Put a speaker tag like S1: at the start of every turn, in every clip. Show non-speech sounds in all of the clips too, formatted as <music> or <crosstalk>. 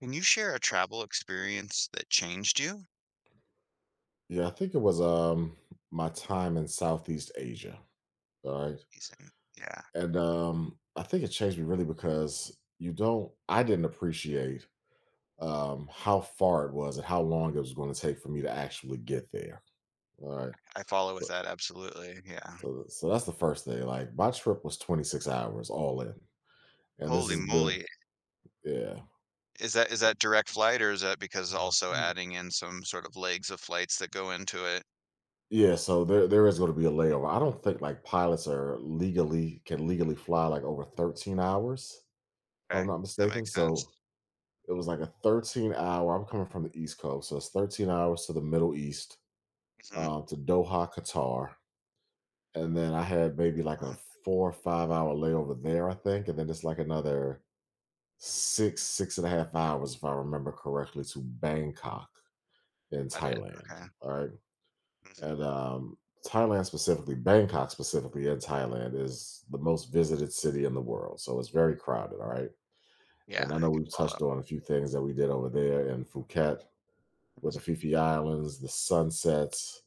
S1: Can you share a travel experience that changed you?
S2: Yeah, I think it was, my time in Southeast Asia, alright?
S1: Amazing. Yeah,
S2: And, I think it changed me really because you don't I didn't appreciate, how far it was and how long it was gonna take for me to actually get there, alright?
S1: I follow with
S2: So
S1: that absolutely. Yeah.
S2: so that's the first thing, like, my trip was 26 hours all in, and this
S1: Holy
S2: is the
S1: moly.
S2: yeah.
S1: Is that direct flight or is that because also
S2: Yeah.
S1: adding in some sort of legs of flights that go into it?
S2: Yeah, so there is gonna be a layover. I don't think, like, pilots are legally can legally fly, like, over 13 hours, if
S1: Okay,
S2: I'm not
S1: that
S2: mistaken,
S1: makes sense.
S2: so it was like a 13 hour. I'm coming from the East Coast, so it's 13 hours to the Middle East,
S1: Mhm.
S2: to Doha, Qatar, and then I had maybe like a
S1: Oh,
S2: 4 or 5 hour layover there, I think, and then it's like another six and a half hours, if I remember correctly, to Bangkok in
S1: got it.
S2: Thailand.
S1: Okay.
S2: All right,
S1: Hmm.
S2: and Thailand specifically, Bangkok specifically in Thailand is the most visited city in the world, so it's very crowded. All right.
S1: Yeah,
S2: And I
S1: I
S2: know
S1: can
S2: we've
S1: follow.
S2: touched on a few things that we did over there in Phuket with the
S1: Mhm.
S2: Fifi Islands, the sunsets,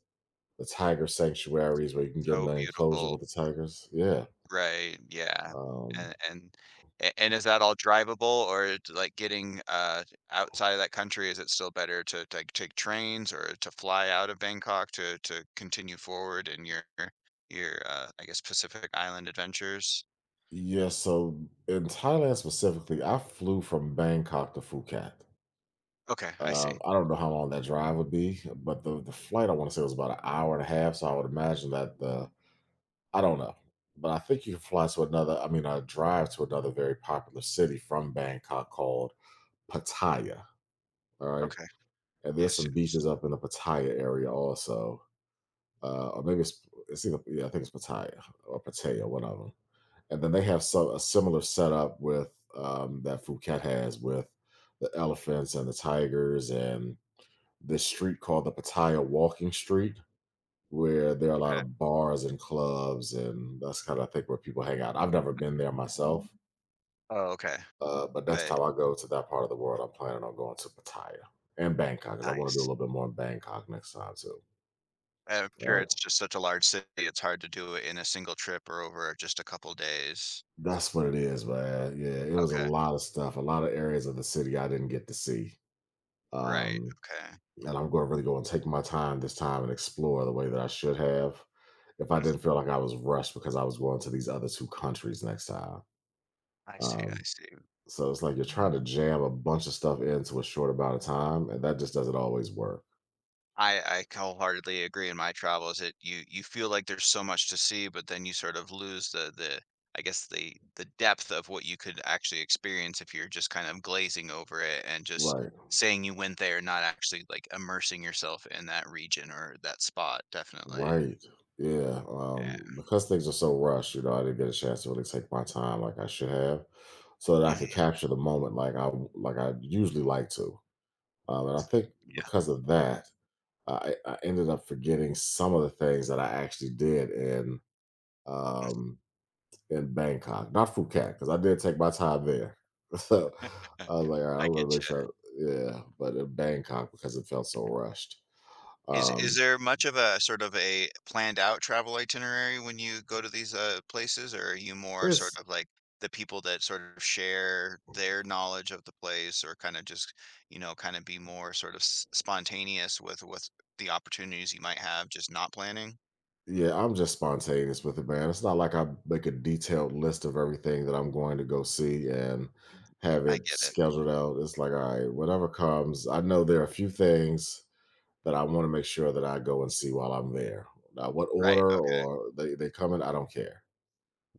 S2: the tiger sanctuaries where you can get in
S1: So
S2: the enclosure
S1: beautiful.
S2: with the tigers. Yeah.
S1: Right, yeah,
S2: Um,
S1: and and and is that all drivable or it's like getting, outside of that country, is it still better to, like, take trains or to fly out of Bangkok to continue forward in your I guess, Pacific Island adventures?
S2: yeah. So in Thailand specifically, I flew from Bangkok to Phuket.
S1: Okay, I see.
S2: I don't know how long that drive would be, but the flight I want to say was about an hour and a half. So I would imagine that the I don't know, but I think you can fly to another. I mean, drive to another very popular city from Bangkok called Pattaya. All right,
S1: Okay.
S2: and there's
S1: Yes,
S2: some
S1: yes.
S2: beaches up in the Pattaya area also. Or maybe it's either yeah, I think it's Pattaya or Pattaya, one of them. And then they have so a similar setup with that Phuket has with the elephants and the tigers and this street called the Pattaya Walking Street, where there are a lot
S1: Okay.
S2: of bars and clubs, and that's kind of I think where people hang out. I've never been there myself,
S1: Oh, okay.
S2: but next
S1: But
S2: time I go to that part of the world, I'm planning on going to Pattaya and Bangkok because I want to do a
S1: nice.
S2: little bit more in Bangkok next time too.
S1: I'm sure it's just such a large city, it's hard to do it in a single trip or over just a couple days.
S2: That's what it is, man. Yeah, it was a
S1: Okay.
S2: lot of stuff, a lot of areas of the city I didn't get to see.
S1: Right,
S2: Um,
S1: okay.
S2: and I'm going to really go and take my time this time and explore the way that I should have if I
S1: Mhm.
S2: didn't feel like I was rushed because I was going to these other two countries next time.
S1: I see, I
S2: Um,
S1: see.
S2: so it's like you're trying to jam a bunch of stuff into a short amount of time, and that just doesn't always work.
S1: I wholeheartedly agree in my travels it you you feel like there's so much to see, but then you sort of lose the I guess the depth of what you could actually experience if you're just kind of glazing over it and just
S2: Right.
S1: saying you went there, not actually like immersing yourself in that region or that spot. Definitely.
S2: Right. Yeah. Because things are so rushed, you know, I didn't get a chance to really take my time like I should have, so that
S1: Yeah.
S2: I
S1: Mhm.
S2: could capture the moment like I usually like to. And I think because of that, I ended up forgetting some of the things that I actually did
S1: Yeah.
S2: um in Bangkok, not Phuket, because I did take my time there. <laughs> so I was
S1: <laughs>
S2: like, all right,
S1: I
S2: I'm
S1: get
S2: gonna make
S1: you.
S2: sure. Yeah, but in Bangkok because it felt so rushed.
S1: Is
S2: Um,
S1: there much of a sort of a planned out travel itinerary when you go to these, places, or are you more sort
S2: it's
S1: of like the people that sort of share their knowledge of the place or kinda just, kinda be more sort of s spontaneous with the opportunities you might have just not planning?
S2: Yeah, I'm just spontaneous with it, man. It's not like I make a detailed list of everything that I'm going to go see and
S1: Mhm.
S2: have
S1: I
S2: it
S1: get it.
S2: scheduled out. It's like, all right, whatever comes. I know there are a few things that I want to make sure that I go and see while I'm there. Now, what
S1: Right,
S2: order
S1: okay,
S2: or they come in, I don't care.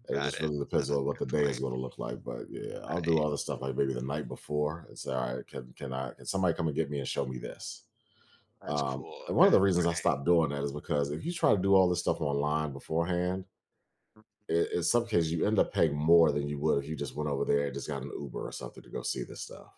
S2: And it
S1: got
S2: just
S1: it.
S2: really depends
S1: That's
S2: on
S1: a
S2: what the
S1: good
S2: day is
S1: point,
S2: going to look like. But yeah, I'll do all
S1: right.
S2: this stuff like maybe the night before and say, all right, can somebody come and get me and show me this?
S1: That's cool,
S2: And one of
S1: okay.
S2: the reasons I stopped doing that is because if you try to do all this stuff online beforehand, in some cases you end up paying more than you would if you just went over there and just got an Uber or something to go see this stuff.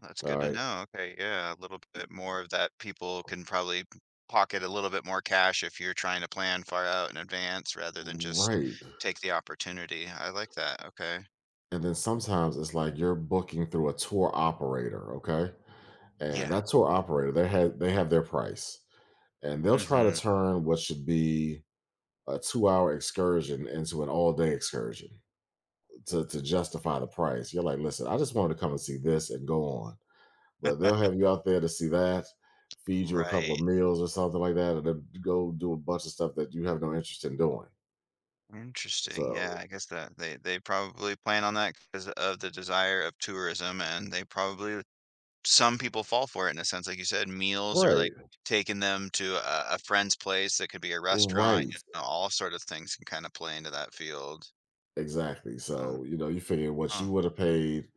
S1: That's
S2: All
S1: good to
S2: right.
S1: know. Okay, yeah, a little bit more of that people can probably pocket a little bit more cash if you're trying to plan far out in advance rather than just
S2: Right.
S1: take the opportunity. I like that. Okay.
S2: And then sometimes it's like you're booking through a tour operator, okay? And
S1: Yeah.
S2: that tour operator, they have their price. And they'll try to
S1: Hmm.
S2: turn what should be a 2 hour excursion into an all day excursion to justify the price. You're like, listen, I just wanted to come and see this and go on but they'll have you out there to see that, feed you a couple of
S1: Right.
S2: meals or something like that, and then go do a bunch of stuff that you have no interest in doing.
S1: Interesting. Yeah,
S2: So
S1: I guess that they probably plan on that because of the desire of tourism, and they probably some people fall for it in a sense, like you said, meals or like
S2: right,
S1: taking them to a friend's place that could be a restaurant.
S2: right,
S1: You know, all sort of things can kind of play into that field.
S2: exactly.
S1: uh,
S2: So you know, you figure what
S1: Oh,
S2: you would have paid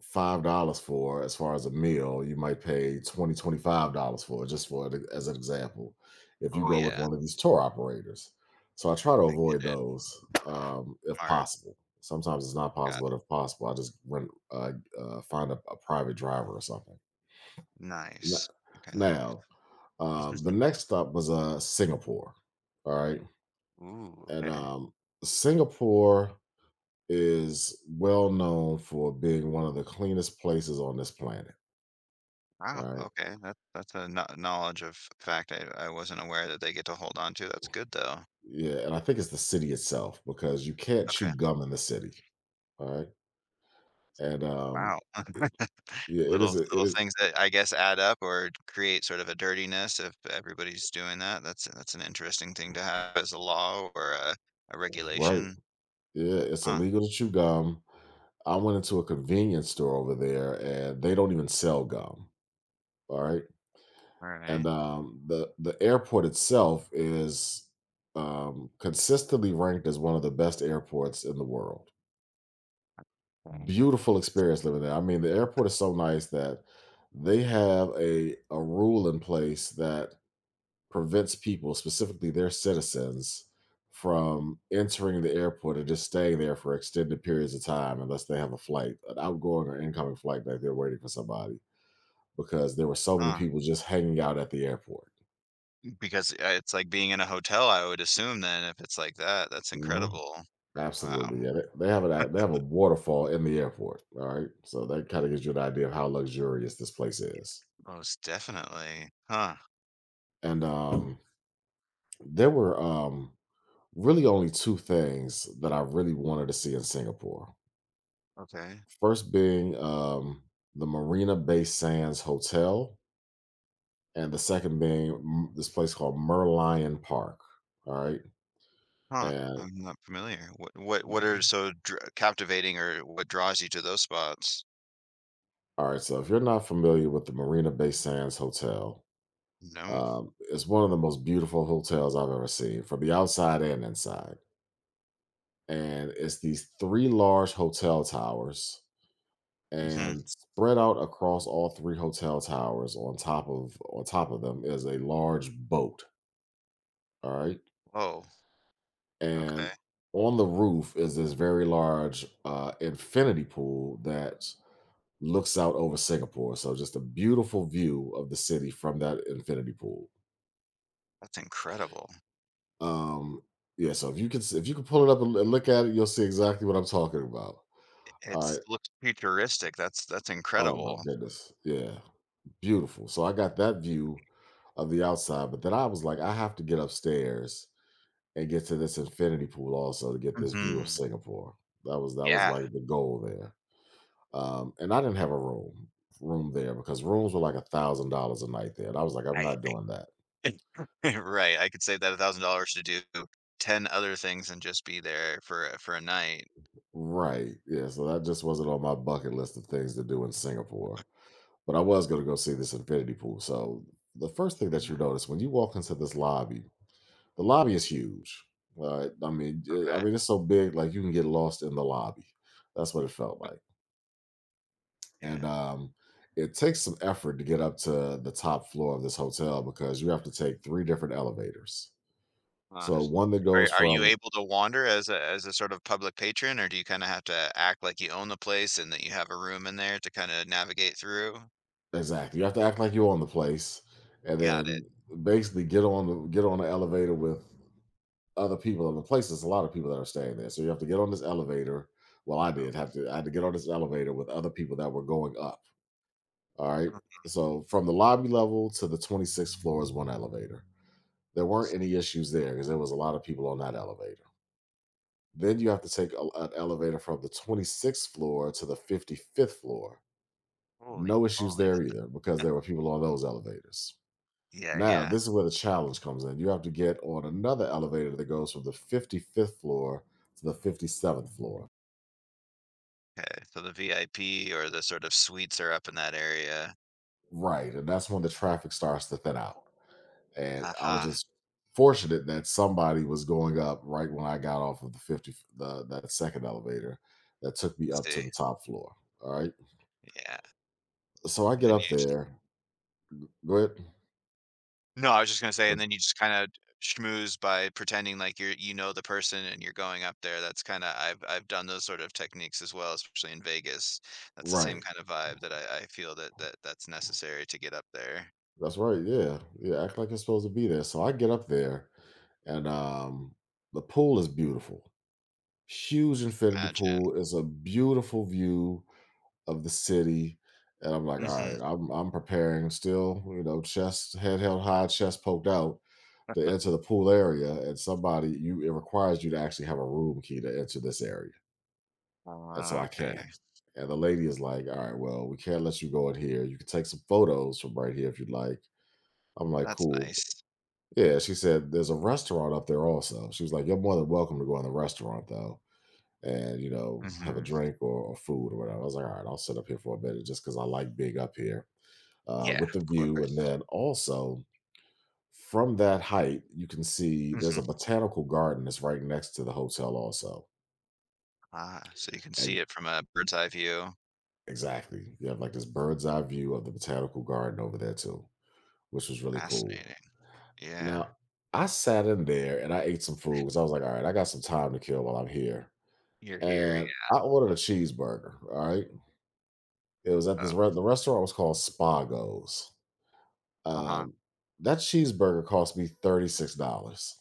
S2: $5 for as far as a meal you might pay $20 $25 for it, just for it as an example if you
S1: oh, oh,
S2: go with
S1: yeah,
S2: one of these tour operators, so I try to
S1: I
S2: avoid
S1: get it.
S2: those, if
S1: Smart.
S2: possible. Sometimes it's not
S1: Got
S2: possible,
S1: it.
S2: but if possible I just rent, find a private driver or something. N-
S1: Nice. Okay. That,
S2: Now the next stop was Singapore, all right?
S1: <laughs> ooh.
S2: And
S1: Okay.
S2: Singapore is well known for being one of the cleanest places on this planet, all
S1: Wow.
S2: right?
S1: Okay. That's a knowledge of fact I wasn't aware that they get to hold on to. That's good though.
S2: Yeah, and I think it's the city itself because you can't
S1: Okay.
S2: chew gum in the city, all right? And,
S1: Wow. <laughs>
S2: yeah, it
S1: little
S2: is a it
S1: little
S2: is
S1: things that I guess add up or create sort of a dirtiness if everybody's doing that. That's an interesting thing to have as a law or a
S2: right.
S1: regulation.
S2: Yeah, it's
S1: Huh.
S2: illegal to chew gum. I went into a convenience store over there, and they don't even sell gum, all right?
S1: All right.
S2: And, the airport itself is, consistently ranked as one of the best airports in the world.
S1: Okay.
S2: Beautiful experience living there. I mean, the airport is so nice that they have a rule in place that prevents people, specifically their citizens, from entering the airport and just staying there for extended periods of time unless they have a flight, an outgoing or incoming flight that they're waiting for somebody, because there were so many
S1: Huh.
S2: people just hanging out at the airport.
S1: Because it's like being in a hotel, I would assume then if it's like that, that's
S2: Hmm.
S1: incredible. Wow.
S2: Absolutely, yeah. They have a waterfall in the airport. All right, so that kind of gives you an idea of how luxurious this place is.
S1: Most definitely. Huh.
S2: And there were really only two things that I really wanted to see in Singapore.
S1: Okay.
S2: First being the Marina Bay Sands Hotel, and the second being this place called Merlion Park. All right,
S1: Huh.
S2: and
S1: I'm not familiar. What are
S2: mhm.
S1: so captivating or what draws you to those spots?
S2: All right. So if you're not familiar with the Marina Bay Sands Hotel,
S1: No.
S2: it's one of the most beautiful hotels I've ever seen, from the outside and inside. And it's these three large hotel towers,
S1: Hmm.
S2: and spread out across all three hotel towers on top of them is a large boat. All right,
S1: Whoa.
S2: and
S1: Okay.
S2: on the roof is this very large infinity pool that looks out over Singapore. So just a beautiful view of the city from that infinity pool.
S1: That's incredible.
S2: Um, yeah, so if you can if you can pull it up and look at it, you'll see exactly what I'm talking about. All
S1: It's
S2: right.
S1: looks futuristic. That's
S2: Oh my
S1: incredible.
S2: goodness. Yeah, beautiful. So I got that view of the outside, but then I was like, I have to get upstairs and get to this infinity pool also to get this view of
S1: Hmm,
S2: Singapore. That was
S1: yeah.
S2: like the goal there. And I didn't have a room there because rooms were like $1,000 a night there, and I was like, I'm
S1: I
S2: not doing that.
S1: <laughs> right. I could save that $1,000 to do 10 other things and just be there for a night.
S2: Right. Yeah. So that just wasn't on my bucket list of things to do in Singapore. But I was going to go see this infinity pool. So the first thing that you
S1: Yeah.
S2: notice when you walk into this lobby, the lobby is huge. Right.
S1: Okay.
S2: I mean, it's so big, like you can get lost in the lobby. That's what it felt like.
S1: Yeah.
S2: And it takes some effort to get up to the top floor of this hotel because you have to take three different elevators.
S1: Huh.
S2: So one that
S1: Are
S2: goes
S1: are you
S2: from
S1: able to wander as a sort of public patron, or do you kinda have to act like you own the place and that you have a room in there to kinda navigate through?
S2: Exactly. You have to act like you own the place, and
S1: Got it.
S2: then basically get on the elevator with other people in the place. There's a lot of people that are staying there, so you have to get on this elevator. Well, I
S1: So
S2: did have to. I had to get on this elevator with other people that were going up. All right.
S1: mm,
S2: So from the lobby level to the 26th floor is one elevator. There weren't any issues there because there was a lot of people on that elevator. Then you have to take an elevator from the 26th floor to the 55th floor.
S1: holy
S2: No issues
S1: moly,
S2: there
S1: that's
S2: either because
S1: a
S2: there were people on those elevators.
S1: <laughs> yeah,
S2: Now,
S1: yeah,
S2: this is where the challenge comes in. You have to get on another elevator that goes from the 55th floor to the 57th floor.
S1: okay, so the VIP or the sort of suites are up in that area.
S2: Right. And that's when the traffic starts to thin out. And I was
S1: Aha,
S2: just fortunate that somebody was going up right when I got off of that second elevator that took me
S1: I
S2: up
S1: see,
S2: to the top floor. All right.
S1: yeah,
S2: So I
S1: and
S2: get
S1: then
S2: up
S1: you.
S2: there. Go ahead.
S1: No, I was just gonna say, and
S2: That's-
S1: then you just kinda schmooze by pretending like you're the person and you're going up there. That's kinda I've done those sort of techniques as well, especially in Vegas. That's the same
S2: Right.
S1: kind of vibe that I feel that that's necessary to get up there.
S2: That's right, yeah. Yeah, act like it's supposed to be there. So I get up there and the pool is beautiful. Huge
S1: I can
S2: infinity
S1: imagine.
S2: pool. It's a beautiful view of the city. And I'm like, all
S1: Mhm.
S2: right, I'm preparing still, you know, chest head held high, chest poked out to enter the pool area. And somebody you it requires you to actually have a room key to enter this area. And so
S1: Oh,
S2: I
S1: okay.
S2: can't. And the lady is like, all right, well, we can't let you go in here. You can take some photos from right here if you'd like. I'm like,
S1: That's
S2: cool.
S1: nice.
S2: Yeah, she said there's a restaurant up there also. She was like, "You're more than welcome to go in the restaurant though, and, you know, have a
S1: Mhm.
S2: drink or food or whatever." I was like, "All right, I'll sit up here for a minute just because I like being up here
S1: Yeah,
S2: with the
S1: of
S2: view." And
S1: course.
S2: then also from that height, you can see there's
S1: Mhm.
S2: a botanical garden that's right next to the hotel also.
S1: Ah, so you can see
S2: And
S1: it from a bird's eye view.
S2: exactly, you have like this bird's eye view of the botanical garden over there too, which was really cool.
S1: Fascinating. Yeah.
S2: Now, I sat in there and I ate some food because I was like, all right, I got some time to kill while I'm here.
S1: You're here, yeah.
S2: And I ordered a cheeseburger, all right? It was at this re the restaurant, was called Spago's.
S1: Oh, uh-huh.
S2: Um, that cheeseburger cost me $36.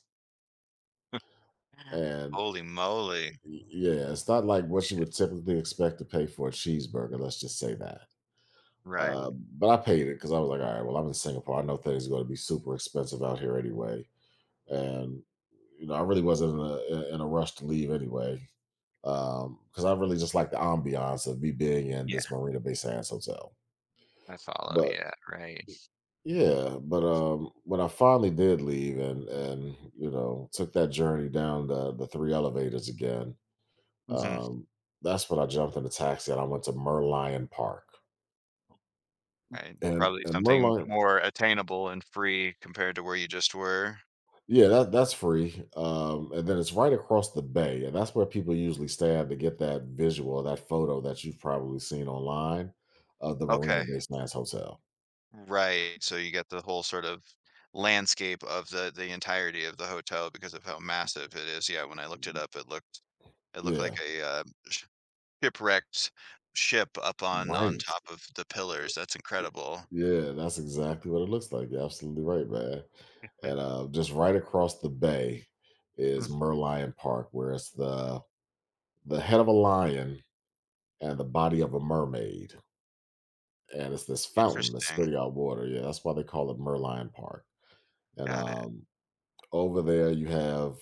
S2: And
S1: Holy moly.
S2: y yeah, it's not like what you would typically expect to pay for a cheeseburger, let's just say that.
S1: Right.
S2: Uh, but I paid it because I was like, "All right, well, I'm in Singapore. I know things are gonna be super expensive out here anyway." And, you know, I really wasn't in a rush to leave anyway, because I really just like the ambiance of me being in this Marina Bay Sands hotel.
S1: I follow,
S2: But
S1: yeah, right.
S2: yeah, but when I finally did leave, and, you know, took that journey down the three elevators again,
S1: Mhm,
S2: um, that's when I jumped in a taxi and I went to Merlion Park.
S1: right,
S2: And
S1: probably
S2: and
S1: something
S2: Merlion,
S1: more attainable and free compared to where you just were.
S2: yeah, that that's free. And then it's right across the bay, and that's where people usually stand to get that visual, that photo that you've probably seen online of the Marina
S1: Okay,
S2: Bay Sands Hotel.
S1: right, so you get the whole sort of landscape of the entirety of the hotel because of how massive it is, yeah, when I looked it up, it looked like
S2: Yeah,
S1: a shipwrecked ship up on
S2: right.
S1: top of the pillars, that's incredible.
S2: Yeah, that's exactly what it looks like. You're absolutely right, man.
S1: Mm,
S2: And Just right across the bay is
S1: mhm,
S2: Merlion Park, where it's the head of a lion and the body of a mermaid, and it's this fountain that's
S1: interesting,
S2: spitting out water. Yeah, that's why they call it Merlion Park. And
S1: got it,
S2: Over there, you have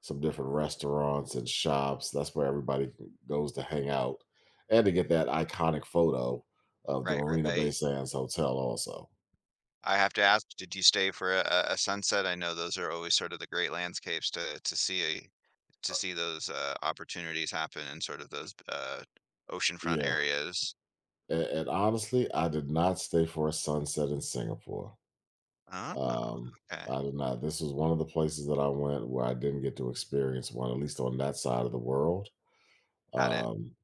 S2: some different restaurants and shops. That's where everybody goes to hang out and to get that iconic photo of the
S1: right,
S2: Marina Bay
S1: right.
S2: Sands Hotel. Also,
S1: I have to ask, did you stay for a sunset? I know those are always sort of the great landscapes to see those, opportunities happen in sort of those, oceanfront
S2: yeah.
S1: areas.
S2: And honestly, I did not stay for a sunset in Singapore.
S1: Oh,
S2: Um,
S1: okay.
S2: I did not. This was one of the places that I went where I didn't get to experience one, at least on that side of the world.
S1: Got it,
S2: Um,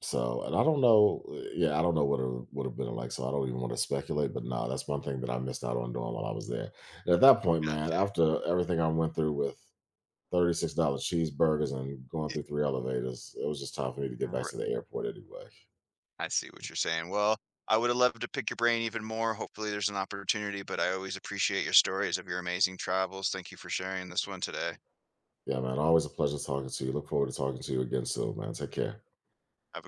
S2: so, and I don't know. Yeah, I don't know what it would have been like. So I don't even want to speculate. But no, that's one thing that I missed out on doing while I was there. And at that point, man,
S1: gotcha.
S2: after everything I went through with $36 cheeseburgers and going
S1: It-
S2: through three elevators, it was just time for me to get back
S1: R
S2: to the airport anyway.
S1: I see what you're saying. Well, I would have loved to pick your brain even more. Hopefully, there's an opportunity, but I always appreciate your stories of your amazing travels. Thank you for sharing this one today.
S2: Yeah, man. Always a pleasure talking to you. Look forward to talking to you again soon, man. Take care.
S1: Have a good